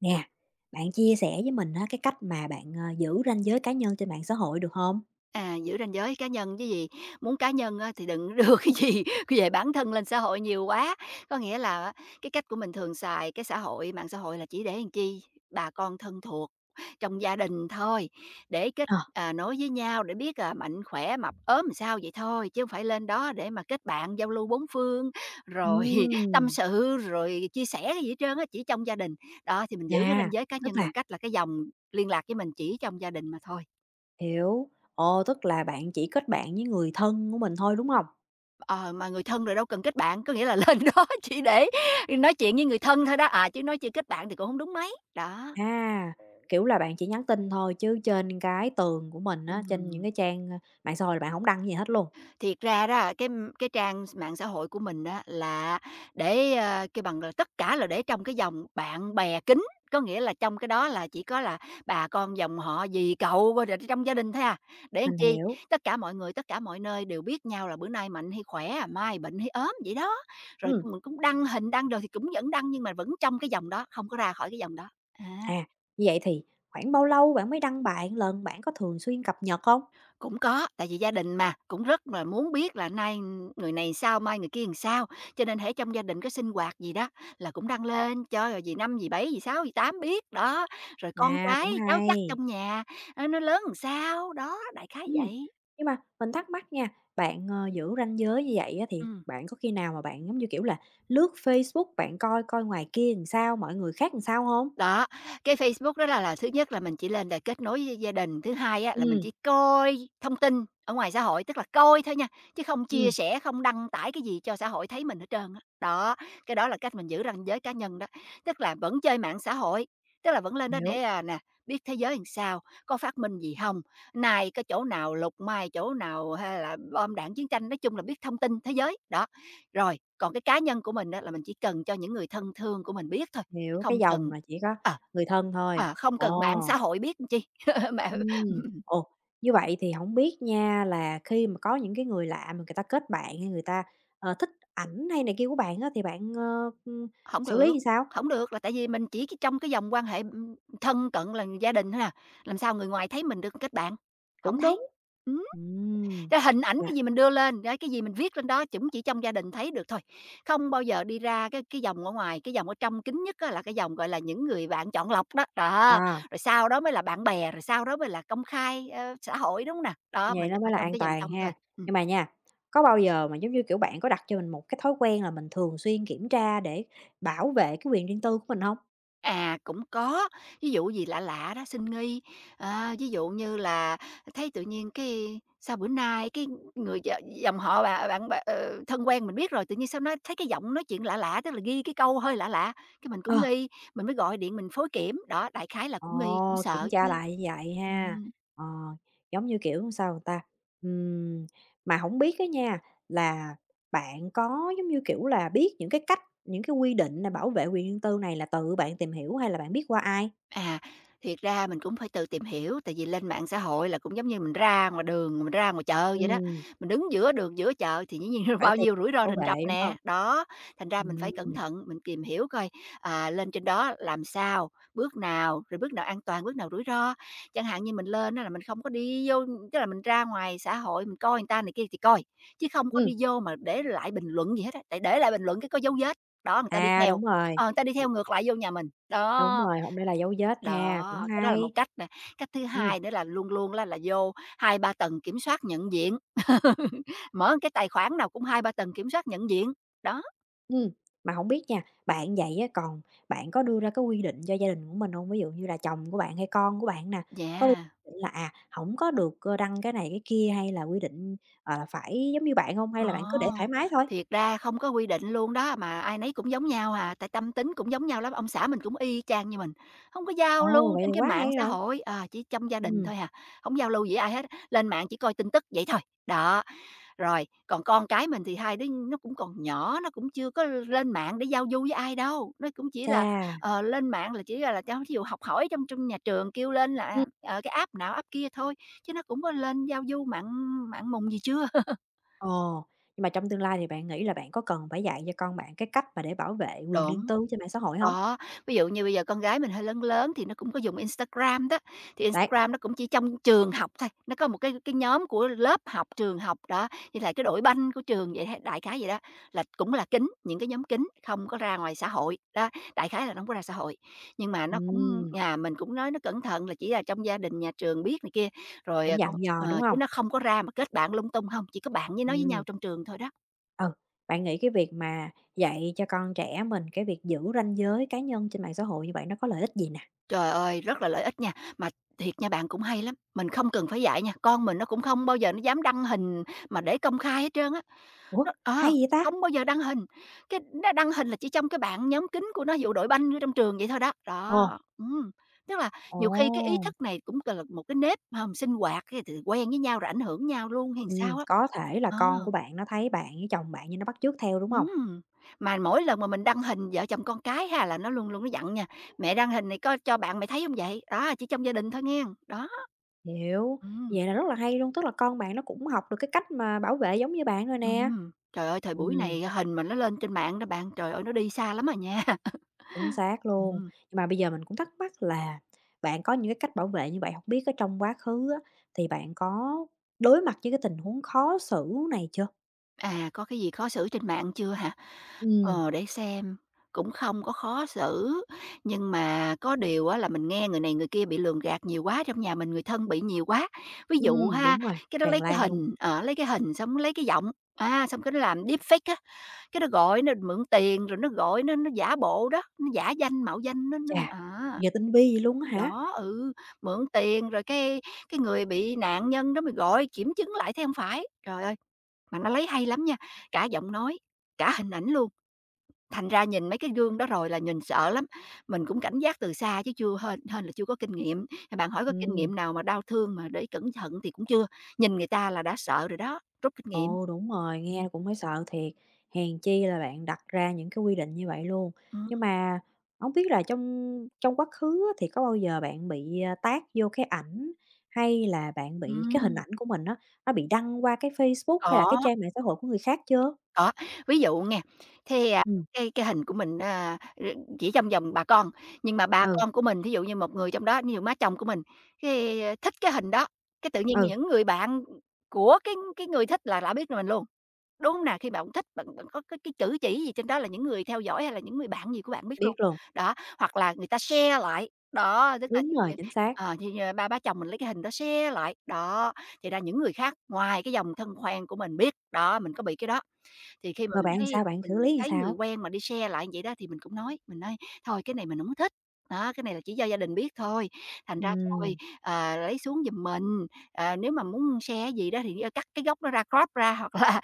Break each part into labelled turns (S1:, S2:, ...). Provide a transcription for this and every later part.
S1: Nè, bạn chia sẻ với mình á, cái cách mà bạn, giữ ranh giới cá nhân trên mạng xã hội được không?
S2: À, giữ ranh giới cá nhân chứ gì, muốn cá nhân á thì đừng đưa cái gì về bản thân lên xã hội nhiều quá. Có nghĩa là á, cái cách của mình thường xài cái xã hội mạng xã hội là chỉ để làm chi? Bà con thân thuộc, trong gia đình thôi, để
S1: Ờ.
S2: nối với nhau để biết, à, mạnh khỏe, mập ốm làm sao vậy thôi, chứ không phải lên đó để mà kết bạn, giao lưu bốn phương, rồi tâm
S1: Ừm,
S2: sự, rồi chia sẻ cái gì hết trơn á, chỉ trong gia đình. Đó, thì mình giữ cái
S1: à,
S2: ranh giới cá
S1: tức
S2: nhân
S1: là
S2: bằng cách là cái dòng liên lạc với mình chỉ trong gia đình mà thôi.
S1: hiểu, ồ, tức là bạn chỉ kết bạn với người thân của mình thôi, đúng không?
S2: Ờ, mà người thân rồi đâu cần kết bạn, có nghĩa là lên đó chỉ để nói chuyện với người thân thôi đó, à, chứ nói chuyện kết bạn thì cũng không đúng mấy. Đó,
S1: À, kiểu là, bạn chỉ nhắn tin thôi chứ trên cái tường của mình á, trên những
S2: ừm.
S1: cái trang, ơ, mạng xã hội là bạn không đăng gì hết luôn,
S2: Thiệt ra đó, cái trang mạng xã hội của mình á là để, kêu bằng là, tất cả là để trong cái dòng bạn bè kính có nghĩa là trong cái đó là chỉ có là bà con dòng họ, dì cậu coi rồi là trong gia đình thôi à. Để làm
S1: mình
S2: chi?
S1: hiểu.
S2: Tất cả mọi người, tất cả mọi nơi đều biết nhau là bữa nay mạnh hay khỏe à, mai bệnh hay ốm vậy đó. Rồi
S1: Ừm,
S2: mình cũng đăng hình, đăng đồ thì cũng vẫn đăng nhưng mà vẫn trong cái dòng đó, không có ra khỏi cái dòng đó. À.
S1: à, như vậy thì khoảng bao lâu bạn mới đăng bài một lần? Bạn có thường xuyên cập nhật không?
S2: Cũng có, tại vì gia đình mà, cũng rất là muốn biết là nay người này sao, mai người kia làm sao, cho nên hễ trong gia đình có sinh hoạt gì đó là cũng đăng lên cho rồi dì Năm, dì Bảy, dì Sáu, dì Tám biết, đó. Rồi con
S1: À,
S2: cái,
S1: cũng
S2: cháu chắc
S1: hay.
S2: trong nhà, nó lớn làm sao, đó, đại khái
S1: Ừm,
S2: vậy.
S1: nhưng mà mình thắc mắc nha, bạn, giữ ranh giới như vậy á thì
S2: Ừm.
S1: bạn có khi nào mà bạn, giống như kiểu là, lướt Facebook bạn coi coi ngoài kia làm sao, mọi người khác làm sao không?
S2: Đó, cái Facebook đó là thứ nhất là mình chỉ lên để kết nối với gia đình, thứ hai á là mình
S1: Ừm,
S2: chỉ coi thông tin ở ngoài xã hội, tức là coi thôi nha, chứ không chia
S1: ừm,
S2: sẻ, không đăng tải cái gì cho xã hội thấy mình hết trơn á. Đó, cái đó là cách mình giữ ranh giới cá nhân đó, tức là vẫn chơi mạng xã hội, tức là vẫn lên đó để,
S1: hiểu,
S2: à, nè, biết thế giới làm sao, có phát minh gì không nay cái chỗ nào lục, mai chỗ nào hay là bom đạn chiến tranh, nói chung là biết thông tin thế giới, đó. Rồi, còn cái cá nhân của mình á là mình chỉ cần cho những người thân thương của mình biết thôi.
S1: hiểu, cái
S2: Không cần
S1: dòng là chỉ có
S2: ờ,
S1: người thân thôi.
S2: không cần bạn
S1: Ồ,
S2: xã hội biết làm chi, mà ừm,
S1: ồ, như vậy thì không biết nha là khi mà có những cái người lạ mà người ta kết bạn hay người ta, thích ảnh hay này kia của bạn á thì bạn,
S2: hổng
S1: xử
S2: được,
S1: lý như sao?
S2: không được là tại vì mình chỉ cái trong cái vòng quan hệ, thân cận là gia đình thôi à, làm sao người ngoài thấy mình được kết bạn, không
S1: Cũng
S2: thấy.
S1: đúng.
S2: Ừm,
S1: Ừm,
S2: cái hình ảnh
S1: là
S2: cái gì mình đưa lên, cái gì mình viết lên đó cũng chỉ trong gia đình thấy được thôi, không bao giờ đi ra cái vòng ở ngoài, cái vòng ở trong kín nhất á là cái vòng, gọi là, những người bạn chọn lọc đó, đó,
S1: à.
S2: rồi sau đó mới là bạn bè, rồi sau đó mới là công khai, xã hội, đúng hông nè? Đó,
S1: Vậy
S2: mình
S1: nó mới
S2: ở
S1: là
S2: trong
S1: an
S2: cái vòng
S1: toàn
S2: trong thôi.
S1: ha.
S2: Ừm.
S1: Nhưng mà nha, có bao giờ mà, giống như kiểu, bạn có đặt cho mình một cái thói quen là mình thường xuyên kiểm tra để bảo vệ cái quyền riêng tư của mình không?
S2: À, cũng có, ví dụ gì lạ lạ đó, xin nghi, ờ, ví dụ như là thấy tự nhiên cái sao bữa nay cái người d dòng họ bà bạn bè ờ, thân quen mình biết rồi, tự nhiên sao nói thấy cái giọng nói chuyện lạ lạ, tức là ghi cái câu hơi lạ lạ, cái mình cũng
S1: Ờ.
S2: nghi, mình mới gọi điện mình phối kiểm, đó, đại khái là cũng nghi, cũng
S1: Ồ, kiểm
S2: sợ chứ.
S1: tra lại như vậy ha.
S2: Ừm.
S1: Ờ, giống như, kiểu, sao người ta, ừm, mà không biết cái nha, là bạn có, giống như kiểu là, biết những cái cách, những cái quy định là bảo vệ quyền riêng tư này là tự bạn tìm hiểu hay là bạn biết qua ai?
S2: À, thiệt ra mình cũng phải tự tìm hiểu, tại vì lên mạng xã hội là cũng giống như mình ra ngoài đường, mình ra ngoài chợ vậy đó.
S1: Ừm,
S2: Mình đứng giữa đường, giữa chợ thì dĩ nhiên
S1: phải
S2: bao
S1: tìm
S2: nhiêu rủi ro
S1: bảo
S2: rình rập
S1: vệ, đúng
S2: nè,
S1: không?
S2: đó. Thành ra mình phải cẩn
S1: Ừm,
S2: thận, mình tìm hiểu coi, à, lên trên đó làm sao, bước nào, rồi bước nào an toàn, bước nào rủi ro. Chẳng hạn như mình lên đó là mình không có đi vô tức là mình ra ngoài xã hội mình coi người ta này kia thì coi, chứ không có đi
S1: Ừm.
S2: vô mà để lại bình luận gì hết á, tại để lại bình luận cái có dấu vết. Đó, người ta đi
S1: À,
S2: theo,
S1: đúng rồi.
S2: ờ, người ta đi theo ngược lại vô nhà mình,
S1: Đúng
S2: đó.
S1: rồi, hổng để là dấu vết ha, cũng
S2: Đó, cái đó là một
S1: hay.
S2: cách nè. Cách thứ
S1: Ừm,
S2: hai nữa là luôn luôn là vô hai ba tầng kiểm soát nhận diện. Mở cái tài khoản nào cũng hai ba tầng kiểm soát nhận diện. Đó,
S1: ừm, mà hổng biết nha, bạn vậy á, còn bạn có đưa ra cái quy định cho gia đình của mình hông? Ví dụ như là chồng của bạn hay con của bạn nè, có đưa
S2: yeah.
S1: định là, hổng có được, đăng cái này cái kia hay là quy định, là phải giống như bạn hông? Hay là bạn cứ để
S2: Ồ,
S1: thoải mái thôi?
S2: thiệt ra không có quy định luôn đó, mà ai nấy cũng giống nhau à, tại tâm tính cũng giống nhau lắm, ông xã mình cũng y chang như mình, không có giao
S1: Ồ,
S2: lưu
S1: vậy
S2: trên
S1: thì
S2: cái
S1: quá
S2: mạng
S1: hay
S2: xã
S1: rồi.
S2: hội, ờ, chỉ trong gia đình
S1: Ừm,
S2: thôi à, không giao lưu gì với ai hết, lên mạng chỉ coi tin tức vậy thôi. Đó. Rồi, còn con cái mình thì hai đứa nó cũng còn nhỏ, nó cũng chưa có lên mạng để giao du với ai đâu, nó cũng chỉ là,
S1: chà,
S2: ờ, lên mạng là chỉ là cho thí dụ học hỏi trong trong nhà trường kêu lên là, à,
S1: ừm,
S2: ờ, cái app nào app kia thôi, chứ nó cũng có lên giao du mạng mạng mùng gì chưa.
S1: ồ, nhưng mà trong tương lai thì bạn nghĩ là bạn có cần phải dạy cho con bạn cái cách mà để bảo vệ quyền riêng
S2: Đúng.
S1: tư trên mạng xã hội hông?
S2: Có, ví dụ như bây giờ con gái mình hơi lớn lớn thì nó cũng có dùng Instagram đó, thì
S1: Đấy,
S2: Instagram nó cũng chỉ trong trường học thôi, nó có một cái nhóm của lớp học, trường học đó, như là cái đội banh của trường vậy ha, đại khái vậy đó, là cũng là kín, những cái nhóm kín, không có ra ngoài xã hội, đó, đại khái là nó hông có ra xã hội. Nhưng mà nó cũng
S1: ừm.
S2: nhà mình cũng nói nó cẩn thận là chỉ là trong gia đình, nhà trường biết này kia, rồi, à,
S1: Cũng dặn
S2: con
S1: dò, đúng
S2: ờ, chứ
S1: không?
S2: nó không có ra mà kết bạn lung tung không chỉ có bạn với nói với nhau
S1: Ừm,
S2: trong trường thôi đó.
S1: ừ, bạn nghĩ cái việc mà dạy cho con trẻ mình cái việc giữ ranh giới cá nhân trên mạng xã hội như vậy nó có lợi ích gì nè?
S2: Trời ơi, rất là lợi ích nha. Mà thiệt nha, bạn cũng hay lắm, mình không cần phải dạy nha, con mình nó cũng không bao giờ nó dám đăng hình mà để công khai hết trơn á.
S1: Ủa,
S2: Nó
S1: hay
S2: ờ,
S1: vậy ta?
S2: không bao giờ đăng hình, cái nó đăng hình là chỉ trong cái bạn nhóm kín của nó, ví dụ đội banh ở trong trường vậy thôi đó.
S1: Ồ,
S2: Đó, tức là
S1: ồ,
S2: nhiều khi cái ý thức này cũng là một cái nếp hông? Sinh hoạt cái thì quen với nhau rồi ảnh hưởng nhau luôn hay sao á.
S1: có thể là
S2: Ờ.
S1: con của bạn nó thấy bạn với chồng bạn như nó bắt chước theo, đúng không?
S2: Ừm, mà mỗi lần mà mình đăng hình vợ chồng con cái ha, là nó luôn luôn nó dặn nha: "Mẹ đăng hình này có cho bạn mày thấy không vậy?" Đó, chỉ trong gia đình thôi nghe đó,
S1: Hiểu,
S2: ừm,
S1: vậy là rất là hay luôn, tức là con bạn nó cũng học được cái cách mà bảo vệ giống như bạn rồi nè.
S2: ừm. Trời ơi, thời buổi
S1: Ừm.
S2: này hình mà nó lên trên mạng đó bạn, trời ơi, nó đi xa lắm à nha.
S1: Chính xác luôn.
S2: Ừm,
S1: Nhưng mà bây giờ mình cũng thắc mắc là bạn có những cái cách bảo vệ như vậy, không biết ở trong quá khứ á, thì bạn có đối mặt với cái tình huống khó xử này chưa?
S2: à, có cái gì khó xử trên mạng chưa hả?
S1: Ừ,
S2: Ờ, để xem, cũng không có khó xử, nhưng mà có điều á là mình nghe người này người kia bị lường gạt nhiều quá, trong nhà mình người thân bị nhiều quá. Ví dụ ha,
S1: đúng rồi,
S2: cái đó lấy
S1: tràn
S2: cái
S1: lan luôn.
S2: hình, ờ, lấy cái hình xong lấy cái giọng, à, xong cái nó làm deepfake á, cái nó gọi nó mượn tiền, rồi nó gọi nó giả bộ đó, nó giả danh, mạo danh nó nó
S1: Chà,
S2: à,
S1: giờ tinh vi vậy luôn á hả?
S2: đó, ừ, mượn tiền rồi cái người bị nạn nhân đó mình gọi kiểm chứng lại thấy không phải. Trời ơi, mà nó lấy hay lắm nha, cả giọng nói, cả hình ảnh luôn. Thành ra nhìn mấy cái gương đó rồi là nhìn sợ lắm, mình cũng cảnh giác từ xa chứ chưa hên hên là chưa có kinh nghiệm. Thì bạn hỏi có kinh
S1: Ừ.
S2: nghiệm nào mà đau thương mà để cẩn thận thì cũng chưa, nhìn người ta là đã sợ rồi đó, rút kinh nghiệm.
S1: Ồ, đúng rồi,
S2: Ừm,
S1: nghe cũng thấy sợ thiệt. Hèn chi là bạn đặt ra những cái quy định như vậy luôn.
S2: ừm,
S1: Nhưng mà hổng biết là trong trong quá khứ á, thì có bao giờ bạn bị, tag vô cái ảnh, hay là bạn bị cái hình
S2: ừm,
S1: ảnh của mình á, nó bị đăng qua cái Facebook hay là cái
S2: có,
S1: trang mạng xã hội của người khác chưa?
S2: có. Ví dụ nghe, thế, à,
S1: Ừm,
S2: cái hình của mình, chỉ trong vòng bà con, nhưng mà bà
S1: ừ,
S2: con của mình, thí dụ như một người trong đó, như má chồng của mình, cái thích cái hình đó, cái tự nhiên
S1: ừ,
S2: những người bạn của cái người thích là đã biết mình luôn. Đúng hông nè? Khi bạn thích, bạn bạn có cái chữ chỉ gì trên đó là những người theo dõi hay là những người bạn gì của bạn biết
S1: biết
S2: luôn.
S1: luôn.
S2: Đó, hoặc là người ta share lại, đó, tức là
S1: Đúng
S2: ví dụ
S1: rồi,
S2: như,
S1: chính xác.
S2: ờ, như, ơ, ba bá chồng mình lấy cái hình đó share lại, đó, thì ra những người khác ngoài cái dòng thân quen của mình biết, đó, mình có bị cái đó. Thì khi mà
S1: Rồi bạn sao, bạn xử
S2: mình
S1: lý làm
S2: thấy người
S1: sao?
S2: quen mà đi share lại vậy đó thì mình cũng nói, mình nói: "Thôi cái này mình hổng thích, đó, cái này là chỉ do gia đình biết thôi, thành ra thôi,
S1: Ừm,
S2: lấy xuống giùm mình, nếu mà muốn share gì đó thì cắt cái góc nó ra, crop ra hoặc là,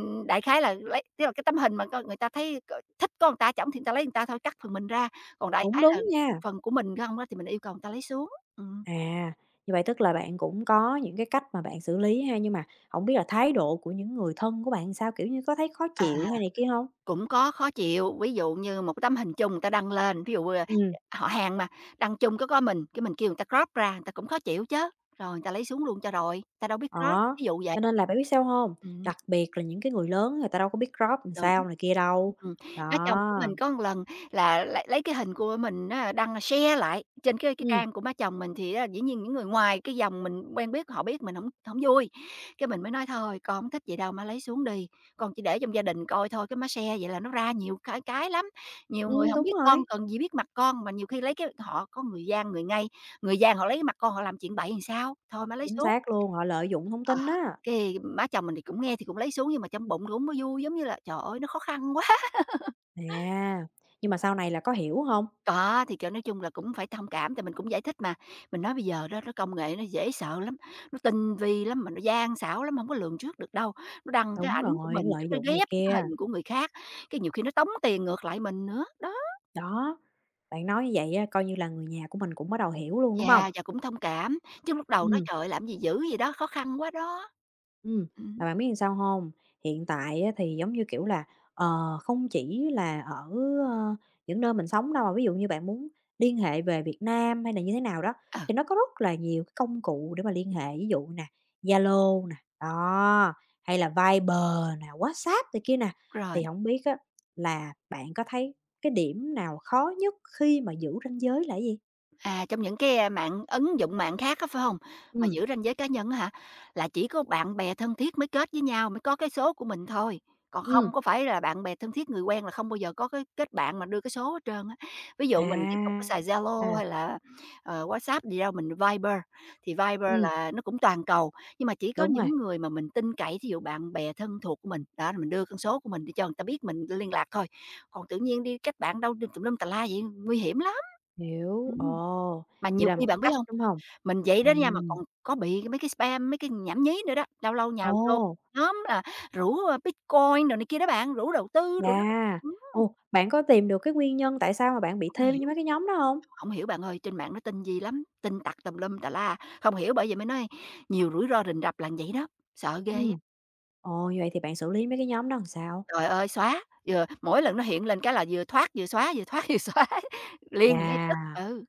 S2: đại khái là lấy tức là cái tấm hình mà coi người ta thấy c thích có người ta trỏng thì người ta lấy người ta thôi, cắt phần mình ra, còn đại
S1: cũng
S2: khái là
S1: đúng nha.
S2: phần của mình không á thì mình yêu cầu người ta lấy xuống." Ừm.
S1: À, như vậy tức là bạn cũng có những cái cách mà bạn xử lý ha, nhưng mà không biết là thái độ của những người thân của bạn sao? Kiểu như, có thấy khó
S2: À.
S1: chịu hay này kia không?
S2: Cũng có khó chịu, ví dụ như một cái tấm hình chung người ta đăng lên, ví dụ,
S1: Ừ,
S2: họ hàng mà, đăng chung có mình, cái mình kêu người ta crop ra, người ta cũng khó chịu chứ rồi người ta lấy xuống luôn cho rồi, người ta đâu biết crop,
S1: đó,
S2: ví dụ vậy.
S1: cho nên là bạn biết sao không?
S2: Ừm.
S1: Đặc biệt là những cái người lớn người ta đâu có biết crop làm
S2: Đúng.
S1: sao này kia đâu.
S2: Ừm, nói chồng của
S1: Đó,
S2: mình có một lần là lấy cái hình của mình á đăng share lại trên cái
S1: ừ,
S2: trang của má chồng mình, thì á dĩ nhiên những người ngoài cái dòng mình quen biết họ biết mình không không vui. Cái mình mới nói: "Thôi, con hổng thích vậy đâu, má lấy xuống đi, con chỉ để trong gia đình coi thôi, cái má share vậy là nó ra nhiều cái lắm, nhiều người không
S1: đúng
S2: biết con
S1: rồi,
S2: cần gì biết mặt con, mà nhiều khi lấy cái họ có người gian, người ngay, người gian họ lấy cái mặt con họ làm chuyện bậy làm sao, thôi má lấy
S1: chính
S2: xuống."
S1: xác luôn, họ lợi dụng thông
S2: Ờ,
S1: tin đó.
S2: cái má chồng mình thì cũng nghe thì cũng lấy xuống nhưng mà trong bụng cũng không có vui, giống như là, trời ơi, nó khó khăn quá.
S1: À, nhưng mà sau này là có hiểu không?
S2: Có, thì, kiểu, nói chung là cũng phải thông cảm, tại mình cũng giải thích mà. Mình nói bây giờ đó nó công nghệ nó dễ sợ lắm, nó tinh vi lắm, mà nó gian xảo lắm, không có lường trước được đâu. Nó đăng cái
S1: Đúng
S2: ảnh của
S1: rồi, nó
S2: mình, cái
S1: lợi dụng
S2: nó
S1: này
S2: ghép với cái
S1: kia.
S2: hình của người khác, cái nhiều khi nó tống tiền ngược lại mình nữa, đó.
S1: Đó, bạn nói như vậy á, coi như là người nhà của mình cũng bắt đầu hiểu luôn, đúng không?
S2: Yeah, và cũng thông cảm, chứ lúc đầu nói:
S1: Ừ.
S2: "Trời ơi, làm gì dữ gì đó, khó khăn quá đó."
S1: Ừm,
S2: Ừm,
S1: mà bạn biết làm sao không? Hiện tại á thì, giống như kiểu là, không chỉ là ở, ơ, những nơi mình sống đâu, mà ví dụ như bạn muốn liên hệ về Việt Nam hay là như thế nào đó,
S2: ờ,
S1: thì nó có rất là nhiều cái công cụ để mà liên hệ, ví dụ nè, Zalo nè, đó, hay là Viber nè, WhatsApp này kia nè. Thì
S2: rồi.
S1: không biết á là bạn có thấy cái điểm nào khó nhất khi mà giữ ranh giới là cái gì?
S2: À, trong những cái, mạng ứng dụng mạng khác á, phải hông? Mà
S1: Ừm,
S2: giữ ranh giới cá nhân á hả? Là chỉ có bạn bè thân thiết mới kết với nhau, mới có cái số của mình thôi, còn không
S1: ừm,
S2: có phải là bạn bè thân thiết, người quen là không bao giờ có cái kết bạn mà đưa cái số hết trơn á. Ví dụ mình thì không có
S1: à,
S2: xài Zalo
S1: à,
S2: hay là, WhatsApp gì đâu, mình Viber, thì Viber
S1: ừm,
S2: là nó cũng toàn cầu, nhưng mà chỉ có
S1: đúng
S2: những
S1: rồi.
S2: người mà mình tin cậy, thí dụ bạn bè thân thuộc của mình, đó, rồi mình đưa con số của mình để cho người ta biết mình liên lạc thôi, còn tự nhiên đi kết bạn đâu tùm lum tà la vậy nguy hiểm lắm.
S1: Hiểu,
S2: Ừm.
S1: ồ,
S2: Mà
S1: vậy
S2: nhiều
S1: là
S2: khi
S1: một cái
S2: bạn biết
S1: cách,
S2: hông,
S1: đúng không?
S2: mình vậy đó nha mà
S1: Ừm,
S2: còn có bị mấy cái spam, mấy cái nhảm nhí nữa đó, lâu lâu nhào vô
S1: ồ,
S2: nhóm là rủ, Bitcoin đồ này kia đó bạn, rủ đầu tư
S1: chà,
S2: đồ đó. Ừm,
S1: ồ, bạn có tìm được cái nguyên nhân tại sao mà bạn bị
S2: hổng
S1: thêm vô
S2: hiểu,
S1: mấy cái nhóm đó hông?
S2: hổng hiểu bạn ơi, trên mạng nó tin gì lắm, tin tặc tùm lum tà la, không hiểu bởi vậy mới nói nhiều rủi ro rình rập là vậy đó, sợ ghê á.
S1: Ừm, ồ, như vậy thì bạn xử lý mấy cái nhóm đó làm sao?
S2: Trời ơi, xóa, vừa mỗi lần nó hiện lên cái là vừa thoát, vừa xóa, vừa thoát, vừa xóa, liền ngay tức,
S1: Chà,
S2: ừ.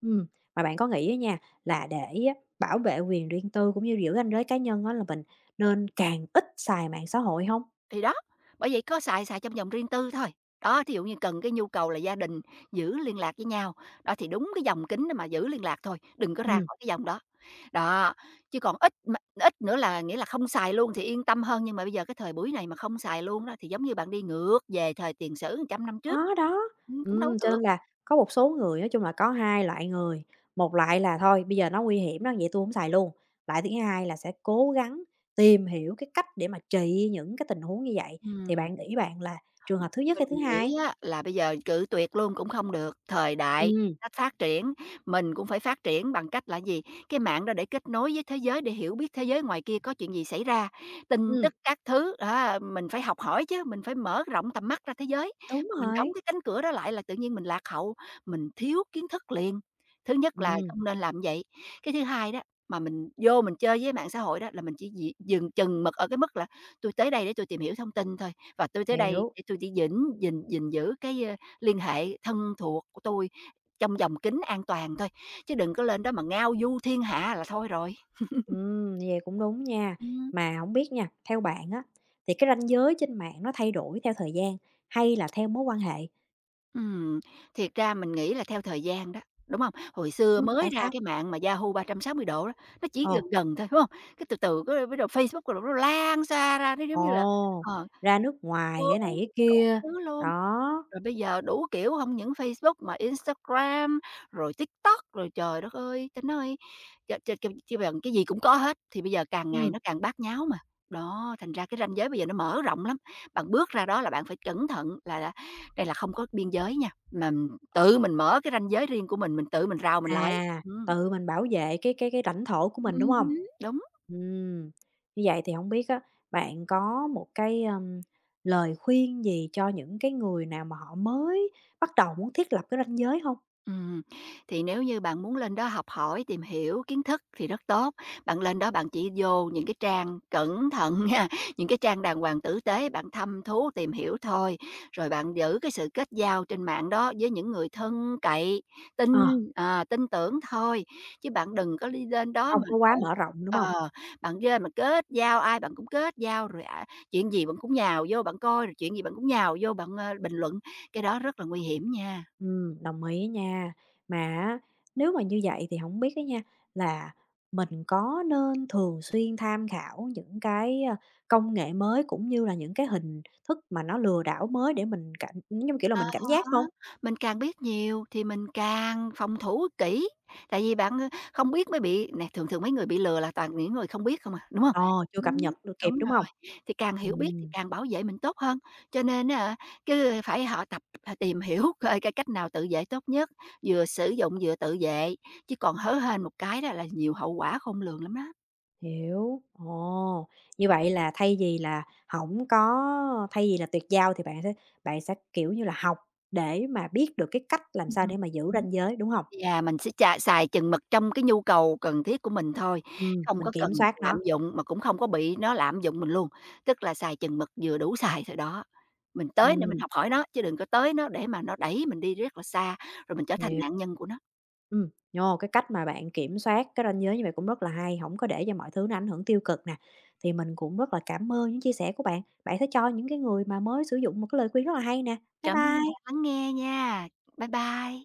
S1: ừm, mà bạn có nghĩ á nha, là để á bảo vệ quyền riêng tư cũng như giữ ranh giới cá nhân á là mình nên càng ít xài mạng xã hội hông?
S2: Thì đó, bởi vậy có xài xài trong vòng riêng tư thôi. Đó, thí dụ như cần cái nhu cầu là gia đình giữ liên lạc với nhau, đó, thì đúng cái dòng kính đó mà giữ liên lạc thôi, đừng có ra
S1: Ừm.
S2: khỏi cái dòng đó. Đó, chứ còn ít mà ít nữa là nghĩa là không xài luôn thì yên tâm hơn, nhưng mà bây giờ cái thời buổi này mà không xài luôn đó thì giống như bạn đi ngược về thời tiền sử 100 năm trước.
S1: Có đó,
S2: Cũng đâu có
S1: cho
S2: được.
S1: nên là có một số người nói chung là có 2 loại người, một loại là thôi bây giờ nó nguy hiểm đó, vậy tôi không xài luôn. Loại thứ hai là sẽ cố gắng tìm hiểu cái cách để mà trị những cái tình huống như vậy, thì
S2: Ừm.
S1: bạn nghĩ bạn là trường hợp thứ nhất
S2: Mình
S1: hay thứ
S2: nghĩ
S1: hai?
S2: á là bây giờ cự tuyệt luôn cũng không được, thời đại
S1: Ừm,
S2: nó phát triển, mình cũng phải phát triển bằng cách là gì? Cái mạng đó để kết nối với thế giới, để hiểu biết thế giới ngoài kia có chuyện gì xảy ra, tin
S1: ừm,
S2: tức các thứ, á, mình phải học hỏi chứ, mình phải mở rộng tầm mắt ra thế giới.
S1: đúng
S2: Mà mình đóng
S1: rồi,
S2: cái cánh cửa đó lại là tự nhiên mình lạc hậu, mình thiếu kiến thức liền. Thứ nhất là
S1: ừm,
S2: không nên làm vậy. Cái thứ hai đó, mà mình vô mình chơi với mạng xã hội đó là mình chỉ dị dừng chừng mực ở cái mức là tôi tới đây để tôi tìm hiểu thông tin thôi, và tôi tới đây
S1: hiểu,
S2: để tôi chỉ gìn gìn gìn giữ cái, liên hệ thân thuộc của tôi trong vòng kính an toàn thôi, chứ đừng có lên đó mà ngao du thiên hạ là thôi rồi.
S1: như vậy cũng đúng nha.
S2: Ừm.
S1: Mà không biết nha, theo bạn á, thì cái ranh giới trên mạng nó thay đổi theo thời gian hay là theo mối quan hệ?
S2: Ừm, thiệt ra mình nghĩ là theo thời gian đó, đúng không? Hồi xưa mới
S1: Tại
S2: ra
S1: sao?
S2: cái mạng mà Yahoo 360 độ đó, nó chỉ
S1: Ồ.
S2: gần gần thôi, phải hông? Cái từ từ cái bắt đầu Facebook rồi nó lan xa ra, nó giống như là
S1: Ồ,
S2: ờ,
S1: ra nước ngoài cái này
S2: đúng,
S1: cái kia,
S2: thứ luôn.
S1: đó,
S2: Rồi bây giờ đủ kiểu, không những Facebook mà Instagram, rồi TikTok, rồi trời đất ơi, ta nói ch ch ch chi bằng cái gì cũng có hết, thì bây giờ càng ngày
S1: ừm,
S2: nó càng bát nháo mà. Đó, thành ra cái ranh giới bây giờ nó mở rộng lắm, bạn bước ra đó là bạn phải cẩn thận là đây là không có biên giới nha, mà tự mình mở cái ranh giới riêng của mình tự mình rào mình lại.
S1: à,
S2: Ừm.
S1: tự mình bảo vệ cái lãnh thổ của mình, đúng không?
S2: Ừm. Đúng.
S1: Ừm, như vậy thì không biết á, bạn có một cái, lời khuyên gì cho những cái người nào mà họ mới bắt đầu muốn thiết lập cái ranh giới không?
S2: Ừm, thì nếu như bạn muốn lên đó học hỏi, tìm hiểu kiến thức thì rất tốt. Bạn lên đó bạn chỉ vô những cái trang cẩn thận nha, những cái trang đàng hoàng tử tế, bạn thăm thú tìm hiểu thôi. Rồi bạn giữ cái sự kết giao trên mạng đó với những người thân cậy, tin
S1: Ờ,
S2: tin tưởng thôi, chứ bạn đừng có đi lên đó
S1: không
S2: mà
S1: có quá
S2: gọi
S1: mở rộng, đúng không?
S2: ờ, bạn lên mà kết giao ai bạn cũng kết giao rồi à, chuyện gì bạn cũng nhào vô bạn coi, rồi chuyện gì bạn cũng nhào vô bạn, bình luận, cái đó rất là nguy hiểm nha.
S1: Đồng ý á nha. Mà á, nếu mà như vậy thì không biết á nha, là mình có nên thường xuyên tham khảo những cái, công nghệ mới, cũng như là những cái hình thức mà nó lừa đảo mới để mình cảnh giống như, kiểu là,
S2: À
S1: mình cảnh
S2: há,
S1: giác không?
S2: mình càng biết nhiều thì mình càng phòng thủ kỹ, tại vì bạn, không biết mới bị nè, thường thường mấy người bị lừa là toàn những người không biết không à, đúng hông?
S1: Ờ, chưa cập
S2: Ừm,
S1: nhật được
S2: đúng
S1: kịp, đúng không?
S2: rồi, thì càng hiểu biết thì
S1: Ừm,
S2: càng bảo vệ mình tốt hơn, cho nên á hả, cứ phải họ tập h tìm hiểu coi cái cách nào tự vệ tốt nhất, vừa sử dụng vừa tự vệ, chứ còn hớ hênh một cái đó là nhiều hậu quả khôn lường lắm đó.
S1: hiểu. Ồ, như vậy là thay vì là không có thay vì là tuyệt giao thì bạn sẽ, kiểu như là, học để mà biết được cái cách làm sao để mà giữ
S2: Ừm.
S1: ranh giới, đúng không?
S2: Và mình sẽ xài chừng mực trong cái nhu cầu cần thiết của mình thôi, không
S1: Mình
S2: có cần
S1: kiểm soát
S2: lạm
S1: nó.
S2: dụng mà cũng không có bị nó lạm dụng mình luôn, tức là xài chừng mực vừa đủ xài thôi đó. Mình tới để mình
S1: Ừm,
S2: học hỏi nó, chứ đừng có tới nó để mà nó đẩy mình đi rất là xa, rồi mình trở thành
S1: hiểu.
S2: nạn nhân của nó.
S1: Nhô, cái cách mà bạn kiểm soát cái ranh giới như vậy cũng rất là hay, hổng có để cho mọi thứ nó ảnh hưởng tiêu cực nè. Thì mình cũng rất là cảm ơn những chia sẻ của bạn. Bạn sẽ cho những cái người mà mới sử dụng một cái lời khuyên rất là hay nè. Bye
S2: Cảm ơn bạn
S1: bye.
S2: lắng nghe nha. Bye bye.